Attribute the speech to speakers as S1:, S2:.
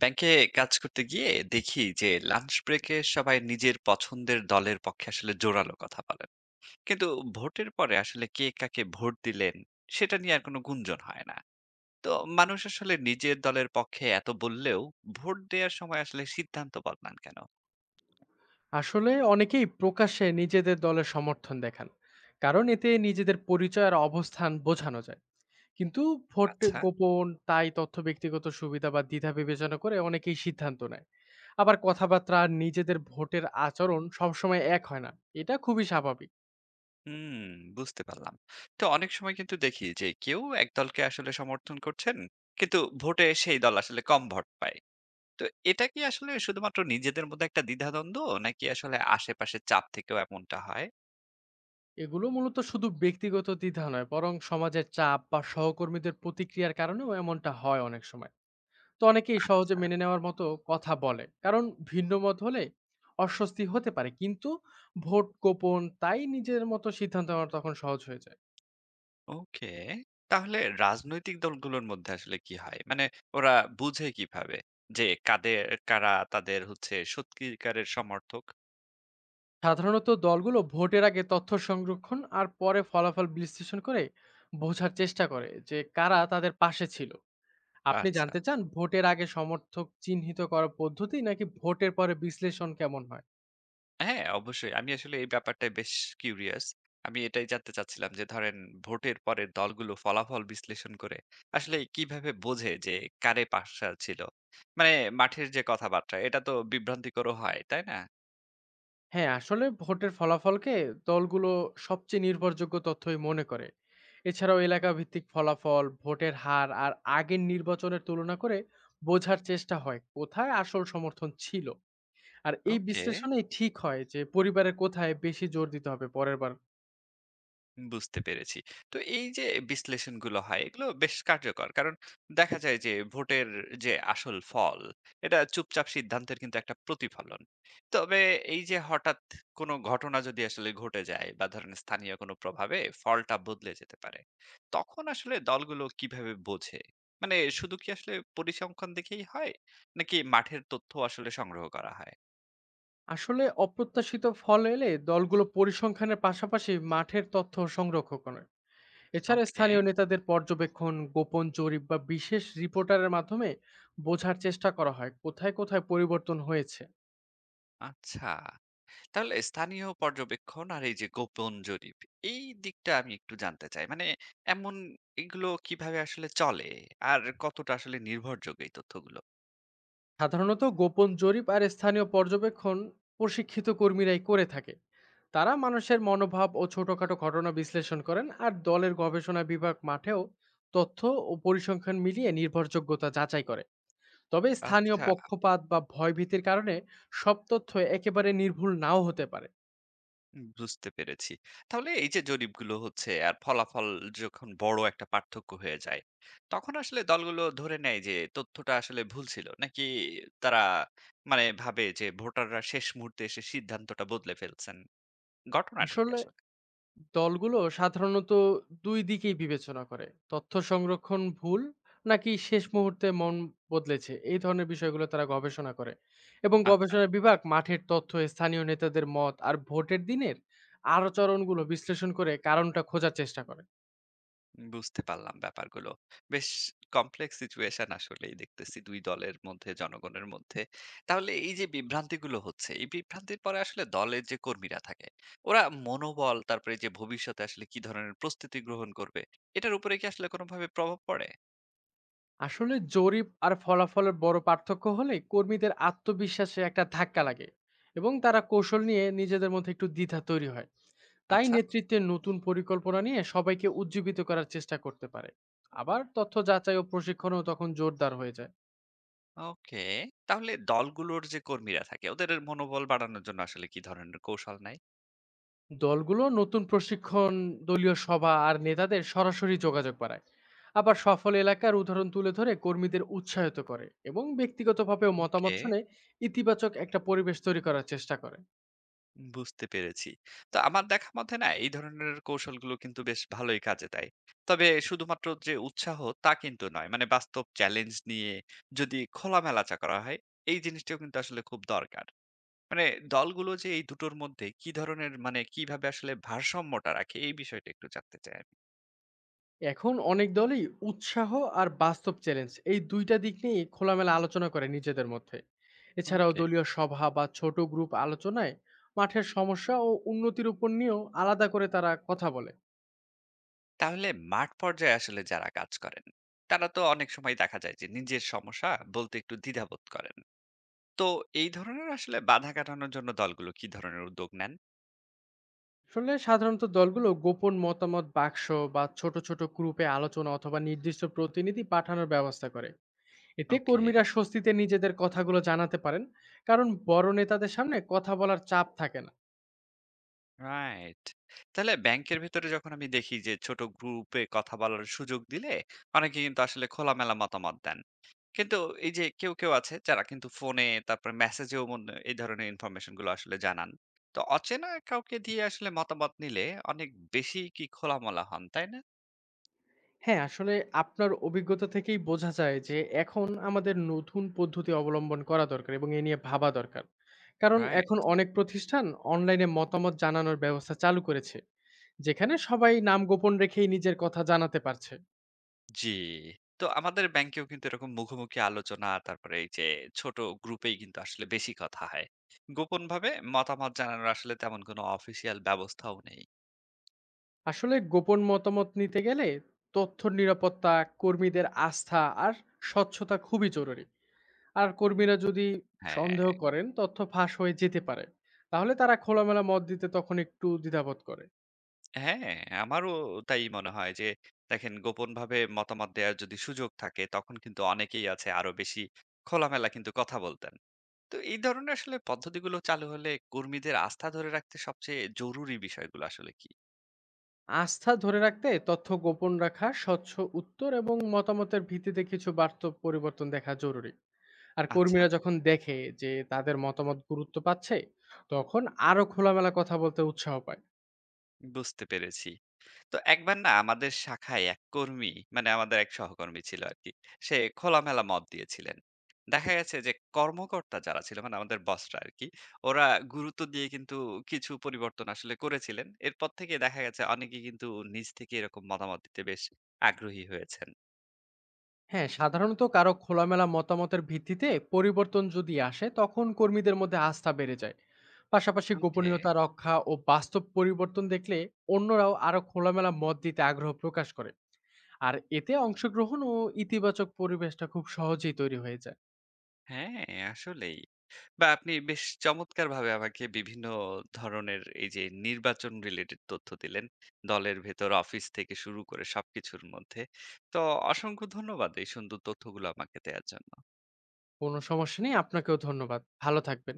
S1: ব্যাংকে কাজ করতে গিয়ে দেখি যে লাঞ্চ ব্রেকে সবাই নিজের পছন্দের দলের পক্ষে আসলে জোরালো কথা বলেন, কিন্তু ভোটের পরে আসলে কে কাকে ভোট দিলেন সেটা নিয়ে আর কোনো গুঞ্জন হয় না। তো মানুষ আসলে নিজের দলের পক্ষে এত বললেও ভোট দেওয়ার সময় আসলে সিদ্ধান্ত বদলান কেন?
S2: আসলে অনেকেই প্রকাশ্যে নিজেদের দলের সমর্থন দেখান কারণ এতে নিজেদের পরিচয় আর অবস্থান বোঝানো যায়। কিন্তু ভোট
S1: আচ্ছা।
S2: গোপন, তাই তথ্য ব্যক্তিগত সুবিধা বা দ্বিধা বিবেচনা করে অনেকেই সিদ্ধান্ত নেয়। আবার কথাবার্তা আর নিজেদের ভোটের আচরণ সবসময় এক হয় না, এটা খুবই স্বাভাবিক।
S1: হুম, বুঝতে পারলাম। তো অনেক সময় কিন্তু দেখি যে কেউ এক দলকে আসলে সমর্থন করছেন, কিন্তু ভোটে সেই দল আসলে কম ভোট পায়। তো এটা কি আসলে শুধুমাত্র নিজেদের মধ্যে একটা দ্বিধাদ্বন্দ্ব, নাকি আসলে আশেপাশের চাপ থেকেও এমনটা হয়?
S2: এগুলো মূলত শুধু ব্যক্তিগত দ্বিধা নয়, বরং সমাজের চাপ বা সহকর্মীদের প্রতিক্রিয়ার কারণেও এমনটা হয় অনেক সময়। তো অনেকেই সহজে
S1: আচ্ছা,
S2: মেনে নেওয়ার মতো কথা বলে, কারণ ভিন্ন মত হলে অস্বস্তি হতে পারে। কিন্তু ভোট গোপন, তাই নিজের মতো সিদ্ধান্ত নেওয়া তখন সহজ হয়ে যায়।
S1: ওকে। তাহলে রাজনৈতিক দলগুলোর মধ্যে আসলে কি হয়? মানে ওরা বুঝে কিভাবে যে কাদের কারা তাদের হচ্ছে সত্যিকারের সমর্থক?
S2: সাধারণত দলগুলো ভোটের আগে তথ্য সংরক্ষণ আর পরে ফলাফল বিশ্লেষণ করে বোঝার চেষ্টা করে যে কারা তাদের পাশে ছিল। আপনি
S1: আচ্ছা।
S2: জানতে চান ভোটের আগে সমর্থক চিহ্নিত করার পদ্ধতি, নাকি ভোটের পরে বিশ্লেষণ কেমন হয়?
S1: হ্যাঁ, অবশ্যই। আমি আসলে এই ব্যাপারটায় বেশ কিউরিয়াস। আমি এটাই জানতে চাচ্ছিলাম যে ধরেন ভোটের পরের দলগুলো ফলাফল বিশ্লেষণ করে আসলে কিভাবে বোঝে যে কারে পাশা ছিল? মানে মাঠের যে কথাবার্তা এটা তো বিভ্রান্তিকরও হয়, তাই না?
S2: হ্যাঁ, আসলে ভোটের ফলাফলকে দলগুলো সবচেয়ে নির্ভরযোগ্য তথ্যই মনে করে। এছাড়াও এলাকা ভিত্তিক ফলাফল, ভোটের হার আর আগের নির্বাচনের তুলনা করে বোঝার চেষ্টা হয় কোথায় আসল সমর্থন ছিল। আর এই
S1: ওকে,
S2: বিশ্লেষণেই ঠিক হয় যে পরিবারের কোথায় বেশি জোর দিতে হবে পরের বার।
S1: বুঝতে পেরেছি। তো এই যে বিশ্লেষণগুলো হয় এগুলো বেশ কার্যকর। কারণ দেখা যায় যে ভোটের যে আসল ফল এটা চুপচাপ সিদ্ধান্তের কিন্তু একটা প্রতিফলন। তবে এই যে হঠাৎ কোনো ঘটনা যদি আসলে ঘটে যায় বা ধরেন স্থানীয় কোনো প্রভাবে ফলটা বদলে যেতে পারে। তখন আসলে দলগুলো কিভাবে বোঝে? মানে শুধু কি আসলে পরিসংখ্যান দেখেই হয়? নাকি মাঠের তথ্য আসলে সংগ্রহ করা হয়?
S2: আসলে অপ্রত্যাশিত ফল এলে দলগুলো পরিসংখ্যানের পাশাপাশি মাঠের তথ্য সংরক্ষ করে। এছাড়া
S1: ওকে,
S2: স্থানীয় নেতাদের পর্যবেক্ষণ, গোপন জরিপ বা বিশেষ রিপোর্টারের মাধ্যমে বোঝার চেষ্টা করা হয় কোথায় কোথায় পরিবর্তন হয়েছে।
S1: আচ্ছা। তাহলে স্থানীয় পর্যবেক্ষণ আর এই যে গোপন জরিপ, এই দিকটা আমি একটু জানতে চাই। মানে এমন এগুলো কিভাবে আসলে চলে আর কতটা আসলে নির্ভরযোগ্য এই তথ্যগুলো?
S2: সাধারণত গোপন জরিপ আর স্থানীয় পর্যবেক্ষণ প্রশিক্ষিত কর্মীরাই করে থাকে। তারা মানুষের মনোভাব ও ছোটখাটো ঘটনা বিশ্লেষণ করেন, আর দলের গবেষণা বিভাগ মাঠেও তথ্য ও পরিসংখ্যান মিলিয়ে নির্ভরযোগ্যতা যাচাই করে। তবে স্থানীয়
S1: আচ্ছা।
S2: পক্ষপাত বা ভয়ভীতির কারণে সব তথ্য একেবারে নির্ভুল নাও হতে পারে।
S1: বুঝতে পেরেছি। তাহলে এই যে জরিপগুলো হচ্ছে আর ফলাফল যখন বড় একটা পার্থক্য হয়ে যায়, তখন আসলে দলগুলো ধরে নেয় যে তথ্যটা আসলে ভুল ছিল, নাকি তারা মানে ভাবে যে ভোটাররা শেষ মুহূর্তে এসে সিদ্ধান্তটা বদলে ফেলছেন? ঘটনাটা কি
S2: আসলে
S1: আসলে?
S2: দলগুলো সাধারণত দুই দিকেই বিবেচনা করে তথ্য সংরক্ষণ ভুল, নাকি শেষ মুহূর্তে মন বদলেছে, এই ধরনের বিষয়গুলো তারা গবেষণা করে। এবং
S1: আচ্ছা,
S2: গবেষণা বিভাগ মাঠের তথ্য, স্থানীয় নেতাদের মত আর ভোটের দিনের আচরণগুলো বিশ্লেষণ করে কারণটা খোঁজার চেষ্টা করে।
S1: বুঝতে পারলাম ব্যাপারগুলো। বেশ কমপ্লেক্স সিচুয়েশন আসলেই দেখতেছি ২ দলের মধ্যে, জনগণের মধ্যে। তাহলে এই যে বিভ্রান্তিগুলো হচ্ছে, এই বিভ্রান্তির পরে আসলে দলের যে কর্মীরা থাকে, ওরা মনোবল তারপরে যে ভবিষ্যতে আসলে কি ধরনের প্রস্তুতি গ্রহণ করবে, এটার উপরে কি আসলে কোনোভাবে প্রভাব পড়ে?
S2: আসলে জরিপ আর ফলাফলের বড় পার্থক্য হলে কর্মীদের আত্মবিশ্বাসে একটা ধাক্কা লাগে, এবং তারা কৌশল নিয়ে নিজেদের মধ্যে একটু দ্বিধা তৈরি হয়। তাই
S1: আচ্ছা,
S2: নেতৃত্বের নতুন পরিকল্পনা নিয়ে সবাইকে উজ্জীবিত করার চেষ্টা করতে পারে। আবার তথ্য যাচাই ও প্রশিক্ষণও তখন জোরদার হয়ে যায়।
S1: ওকে। তাহলে দলগুলোর যে কর্মীরা থাকে, ওদের মনোবল বাড়ানোর জন্য আসলে কি ধরনের কৌশল নেয়?
S2: দলগুলো নতুন প্রশিক্ষণ, দলীয় সভা আর নেতাদের সরাসরি যোগাযোগ বাড়ায়। আবার সফল এলাকার উদাহরণ তুলে ধরে কর্মীদের উৎসাহিত করে এবং ব্যক্তিগতভাবেও মতামত
S1: ওকে,
S2: শুনে ইতিবাচক একটা পরিবেশ তৈরি করার চেষ্টা করে।
S1: বুঝতে পেরেছি। তো আমার দেখা মতে না এই ধরনের কৌশলগুলো কিন্তু বেশ ভালোই কাজে দেয়। তবে শুধুমাত্র যে উৎসাহ তা কিন্তু নয়। মানে বাস্তব চ্যালেঞ্জ নিয়ে যদি খোলামেলাচা করা হয়, এই জিনিসটাও কিন্তু আসলে খুব দরকার। মানে দলগুলো যে এই দুটোর মধ্যে কি ধরনের, মানে কিভাবে আসলে ভারসাম্যটা রাখে, এই বিষয়টা একটু জানতে চাই আমি।
S2: এখন অনেক দলই উৎসাহ আর বাস্তব চ্যালেঞ্জ এই দুইটা দিক নিয়ে খোলামেলা আলোচনা করে নিজেদের মধ্যে। এছাড়াও
S1: ওকে।
S2: দলীয় সভা বা ছোট গ্রুপ আলোচনায় মাঠের সমস্যা ও উন্নতির উপর নিয়েও আলাদা করে তারা কথা বলে।
S1: তাহলে মাঠ পর্যায়ে আসলে যারা কাজ করেন, তারা তো অনেক সময় দেখা যায় যে নিজের সমস্যা বলতে একটু দ্বিধাবোধ করেন। তো এই ধরনের আসলে বাধা কাটানোর জন্য দলগুলো কি ধরনের উদ্যোগ নেন?
S2: আসলে সাধারণত দলগুলো গোপন মতামত বাক্স বা ছোট ছোট গ্রুপে আলোচনা অথবা নির্দিষ্ট প্রতিনিধি পাঠানোর ব্যবস্থা করে। এতে
S1: ওকে,
S2: কর্মীরা স্বস্তিতে নিজেদের কথাগুলো জানাতে পারেন, কারণ বড় নেতাদের সামনে কথা বলার চাপ থাকে না।
S1: রাইট। তাহলে ব্যাংকের ভেতরে যখন আমি দেখি যে ছোট গ্রুপে কথা বলার সুযোগ দিলে অনেকে কিন্তু আসলে খোলামেলা মতামত দেন। কিন্তু এই যে কেউ আছে যারা কিন্তু ফোনে তারপরে মেসেজেও মনে এই ধরনের ইনফরমেশন গুলো আসলে জানান। তো অচেনা কাউকে দিয়ে আসলে মতামত নিলে অনেক বেশি কি খোলামেলা হন, তাই না?
S2: হ্যাঁ, আসলে আপনার অভিজ্ঞতা থেকেই বোঝা যায় যে এখন আমাদের নতুন পদ্ধতি অবলম্বন করা দরকার এবং এ নিয়ে ভাবা দরকার। কারণ
S1: রাইট।
S2: এখন অনেক প্রতিষ্ঠান অনলাইনে মতামত জানানোর ব্যবস্থা চালু করেছে, যেখানে সবাই নাম গোপন রেখেই নিজের কথা জানাতে পারছে।
S1: জি। তো আমাদের ব্যাংকেও কিন্তু এরকম মুখোমুখি আলোচনা, তারপরে এই যে ছোট গ্রুপেই কিন্তু আসলে বেশি কথা হয়। গোপনভাবে মতামত জানানোর আসলে তেমন কোনো অফিসিয়াল ব্যবস্থাও নেই।
S2: আসলে গোপন মতামত নিতে গেলে তথ্যর নিরাপত্তা, কর্মীদের আস্থা আর স্বচ্ছতা খুবই জরুরি। আর কর্মীরা যদি
S1: হ্যাঁ,
S2: সন্দেহ করেন তথ্য ফাঁস হয়ে যেতে পারে, তাহলে তারা খোলামেলা মত দিতে তখন একটু দ্বিধাবোধ করে।
S1: হ্যাঁ, আমারও তাই মনে হয় যে দেখেন গোপনভাবে মতামত দেওয়ার যদি সুযোগ থাকে তখন কিন্তু অনেকেই আছে আরো বেশি খোলামেলা কিন্তু কথা বলতেন। তো এই ধরনের আসলে পদ্ধতিগুলো চালু হলে কর্মীদের আস্থা ধরে রাখতে সবচেয়ে জরুরি বিষয়গুলো আসলে কি?
S2: আস্থা ধরে রাখতে তথ্য গোপন রাখা, স্বচ্ছ উত্তর এবং মতামতের ভিত্তিতে কিছু বার্তা পরিবর্তন দেখা জরুরি। আর
S1: আচ্ছা,
S2: কর্মীরা যখন দেখে যে তাদের মতামত গুরুত্ব পাচ্ছে, তখন আরো খোলামেলা কথা বলতে উৎসাহ পায়।
S1: বুঝতে পেরেছি। তো একবার না আমাদের শাখায় এক কর্মী, মানে আমাদের এক সহকর্মী ছিল আর কি, সে খোলামেলা মত দিয়েছিলেন। দেখা গেছে যে কর্মকর্তা যারা ছিল মানে আমাদের বসরা আর কি, ওরা গুরুত্ব দিয়ে কিন্তু কিছু পরিবর্তন আসলে করেছিলেন। এরপর থেকে দেখা গেছে অনেকে কিন্তু নিজ থেকে এরকম মতামত দিতে বেশ আগ্রহী হয়েছেন।
S2: হ্যাঁ, সাধারণত কারো খোলামেলা মতামতের ভিত্তিতে পরিবর্তন যদি আসে তখন কর্মীদের মধ্যে আস্থা বেড়ে যায়। পাশাপাশি
S1: ওকে।
S2: গোপনীয়তা রক্ষা ও বাস্তব পরিবর্তন দেখলে অন্যরাও আরো খোলামেলা মত দিতে আগ্রহ প্রকাশ করে। আর এতে অংশগ্রহণ ও ইতিবাচক পরিবেশটা খুব সহজেই তৈরি হয়ে যায়।
S1: হ্যাঁ, আসলেই বা আপনি বেশ চমৎকারভাবে আমাকে বিভিন্ন ধরনের এই যে নির্বাচন রিলেটেড তথ্য দিলেন, দলের ভেতর, অফিস থেকে শুরু করে সবকিছুর মধ্যে। তো অসংখ্য ধন্যবাদ এই সুন্দর তথ্যগুলো আমাকে দেয়ার জন্য।
S2: কোনো সমস্যা নেই। আপনাকেও ধন্যবাদ। ভালো থাকবেন।